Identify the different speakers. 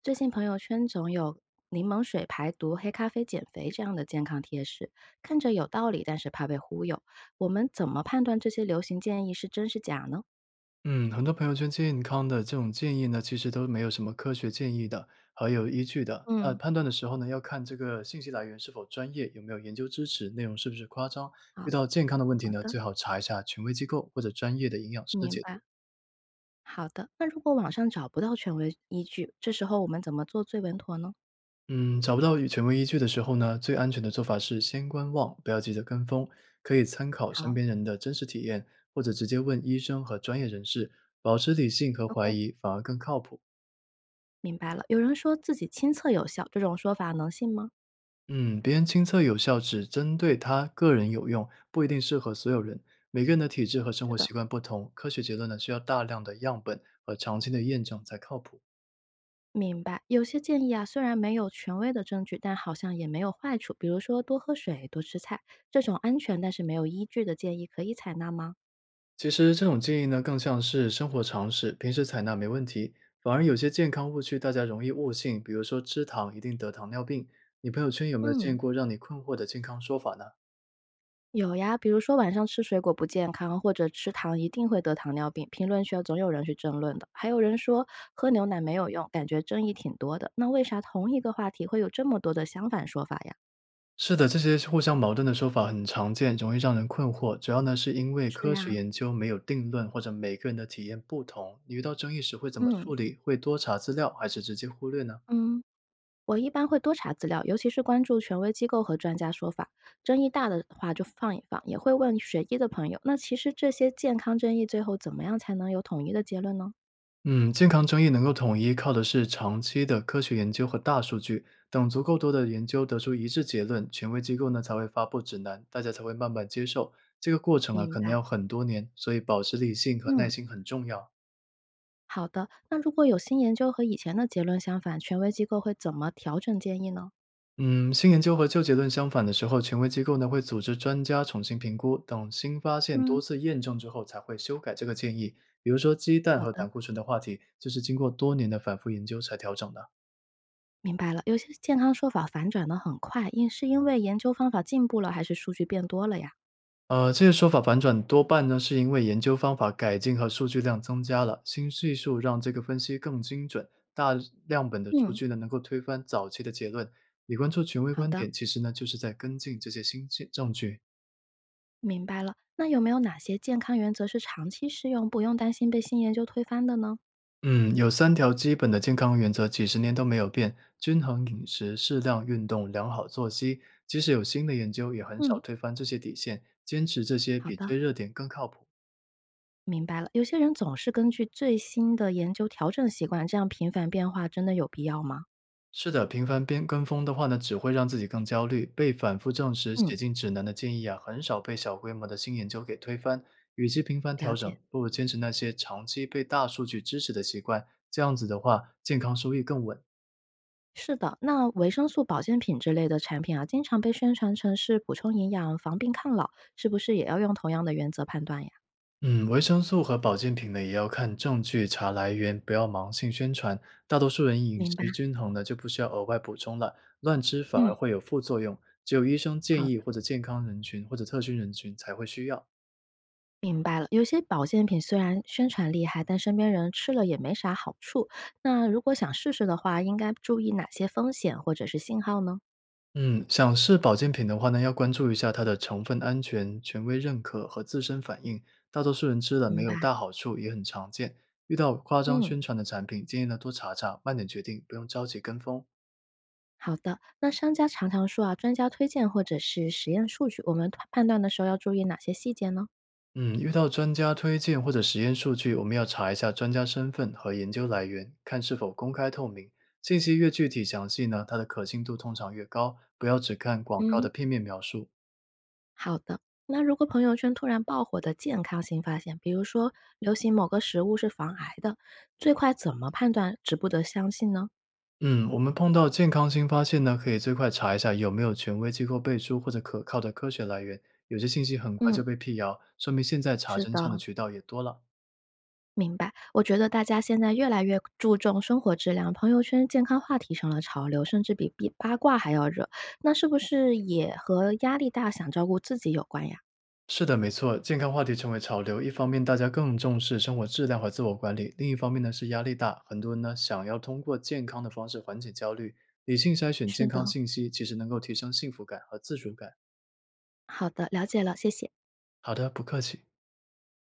Speaker 1: 最近朋友圈总有柠檬水排毒、黑咖啡减肥这样的健康贴士，看着有道理，但是怕被忽悠。我们怎么判断这些流行建议是真是假呢？
Speaker 2: 嗯，很多朋友圈健康的这种建议呢，其实都没有什么科学建议的和有依据的。那
Speaker 1: 嗯，
Speaker 2: 判断的时候呢，要看这个信息来源是否专业，有没有研究支持，内容是不是夸张。遇
Speaker 1: 好。
Speaker 2: 到健康的问题
Speaker 1: 好
Speaker 2: 呢，
Speaker 1: 的，
Speaker 2: 最好查一下权威机构或者专业的营养师的
Speaker 1: 明
Speaker 2: 解
Speaker 1: 白。
Speaker 2: 读。
Speaker 1: 好的，那如果网上找不到权威依据，这时候我们怎么做最稳妥呢？
Speaker 2: 嗯，找不到与权威依据的时候呢，最安全的做法是先观望，不要急着跟风，可以参考身
Speaker 1: 好
Speaker 2: 边人的真实体验，或者直接问医生和专业人士，保持理性和怀
Speaker 1: ，OK，
Speaker 2: 疑反而更靠谱。
Speaker 1: 明白了。有人说自己亲测有效，这种说法能信吗？
Speaker 2: 嗯，别人亲测有效只针对他个人有用，不一定适合所有人。每个人的体质和生
Speaker 1: 是
Speaker 2: 活习
Speaker 1: 的。
Speaker 2: 惯不同，科学结论呢需要大量的样本和长期的验证才靠谱。
Speaker 1: 明白，有些建议啊，虽然没有权威的证据，但好像也没有坏处。比如说，多喝水、多吃菜，这种安全但是没有依据的建议，可以采纳吗？
Speaker 2: 其实这种建议呢更像是生活常识，平时采纳没问题。反而有些健康误区大家容易误信，比如说吃糖一定得糖尿病。你朋友圈有没有见
Speaker 1: 嗯，
Speaker 2: 过让你困惑的健康说法呢？
Speaker 1: 有呀，比如说晚上吃水果不健康，或者吃糖一定会得糖尿病，评论区啊总有人去争论的。还有人说喝牛奶没有用，感觉争议挺多的。那为啥同一个话题会有这么多的相反说法呀？
Speaker 2: 是的，这些互相矛盾的说法很常见，容易让人困惑。主要呢，是因为
Speaker 1: 是
Speaker 2: 科学
Speaker 1: 呀、
Speaker 2: 研究没有定论，或者每个人的体验不同。你遇到争议时会怎么
Speaker 1: 嗯。
Speaker 2: 处理？会多查资料，还是直接忽略呢？
Speaker 1: 嗯，我一般会多查资料，尤其是关注权威机构和专家说法。争议大的话就放一放，也会问学医的朋友。那其实这些健康争议最后怎么样才能有统一的结论呢？
Speaker 2: 嗯，健康争议能够统一，靠的是长期的科学研究和大数据。等足够多的研究得出一致结论，权威机构呢才会发布指南，大家才会慢慢接受。这个过程啊，
Speaker 1: 明
Speaker 2: 可能
Speaker 1: 白。
Speaker 2: 要很多年，所以保持理性和耐
Speaker 1: 嗯，
Speaker 2: 心很重要。
Speaker 1: 好的。那如果有新研究和以前的结论相反，权威机构会怎么调整建议呢？
Speaker 2: 嗯，新研究和旧结论相反的时候，权威机构呢会组织专家重新评估，等新发现多
Speaker 1: 嗯，
Speaker 2: 次验证之后才会修改这个建议。比如说鸡蛋
Speaker 1: 好
Speaker 2: 和
Speaker 1: 的，
Speaker 2: 胆固醇的话题，就是经过多年的反复研究才调整的。
Speaker 1: 明白了。有些健康说法反转的很快，因是因为研究方法进步了，还是数据变多了呀？
Speaker 2: 这些说法反转多半呢是因为研究方法改进和数据量增加了，新技术让这个分析更精准，大量本的数
Speaker 1: 嗯，
Speaker 2: 据呢能够推翻早期的结论。你关注权威
Speaker 1: 好
Speaker 2: 观
Speaker 1: 的。
Speaker 2: 点，其实呢就是在跟进这些新证据。
Speaker 1: 明白了，那有没有哪些健康原则是长期适用，不用担心被新研究推翻的呢？
Speaker 2: 嗯，有三条基本的健康原则，几十年都没有变：均衡饮食、适量运动、良好作息。即使有新的研究，也很少
Speaker 1: 嗯，
Speaker 2: 推翻这些底线。坚持这些
Speaker 1: 好
Speaker 2: 比
Speaker 1: 的，
Speaker 2: 追热点更靠谱。
Speaker 1: 明白了。有些人总是根据最新的研究调整习惯，这样频繁变化真的有必要吗？
Speaker 2: 是的，频繁边跟风的话呢，只会让自己更焦虑。被反复证实、
Speaker 1: 嗯，
Speaker 2: 写进指南的建议啊，很少被小规模的新研究给推翻。与其频繁调
Speaker 1: 了解。
Speaker 2: 整，不如坚持那些长期被大数据支持的习惯。这样子的话，健康收益更稳。
Speaker 1: 是的，那维生素保健品之类的产品啊，经常被宣传成是补充营养、防病抗老，是不是也要用同样的原则判断呀？
Speaker 2: 嗯，维生素和保健品呢，也要看证据、查来源，不要盲信宣传。大多数人饮
Speaker 1: 明白。
Speaker 2: 食均衡呢，就不需要额外补充了，乱吃反而
Speaker 1: 嗯，
Speaker 2: 会有副作用。只有医生建
Speaker 1: 好
Speaker 2: 议或
Speaker 1: 的。
Speaker 2: 者健康人群或者特需人群才会需要。
Speaker 1: 明白了，有些保健品虽然宣传厉害，但身边人吃了也没啥好处。那如果想试试的话，应该注意哪些风险或者是信号呢？
Speaker 2: 嗯，想试保健品的话呢，要关注一下它的成分安全、权威认可和自身反应。大多数人吃了没
Speaker 1: 明
Speaker 2: 有
Speaker 1: 白。
Speaker 2: 大好处也很常见。遇到夸张
Speaker 1: 嗯，
Speaker 2: 宣传的产品，建议呢多查查，慢点决定，不用着急跟风。
Speaker 1: 好的。那商家常常说啊，专家推荐或者是实验数据，我们判断的时候要注意哪些细节呢？
Speaker 2: 嗯，遇到专家推荐或者实验数据，我们要查一下专家身份和研究来源，看是否公开透明。信息越具体详细呢，它的可信度通常越高。不要只看广告的
Speaker 1: 嗯，
Speaker 2: 片面描述。
Speaker 1: 好的。那如果朋友圈突然爆火的健康新发现，比如说流行某个食物是防癌的，最快怎么判断值不得相信呢？
Speaker 2: 嗯，我们碰到健康新发现呢，可以最快查一下有没有权威机构背书或者可靠的科学来源。有些信息很快就
Speaker 1: 嗯，
Speaker 2: 被辟谣，说明现在查
Speaker 1: 是
Speaker 2: 真相的
Speaker 1: 的。
Speaker 2: 渠道也多了。
Speaker 1: 明白，我觉得大家现在越来越注重生活质量，朋友圈健康话题成了潮流，甚至比八卦还要热。那是不是也和压力大、想照顾自己有关呀？
Speaker 2: 是的，没错，健康话题成为潮流。一方面，大家更重视生活质量和自我管理；另一方面呢，是压力大，很多人呢想要通过健康的方式缓解焦虑。理性筛选健
Speaker 1: 是
Speaker 2: 康
Speaker 1: 的，
Speaker 2: 信息，其实能够提升幸福感和自主感。
Speaker 1: 好的，了解了，谢谢。
Speaker 2: 好的，不客气。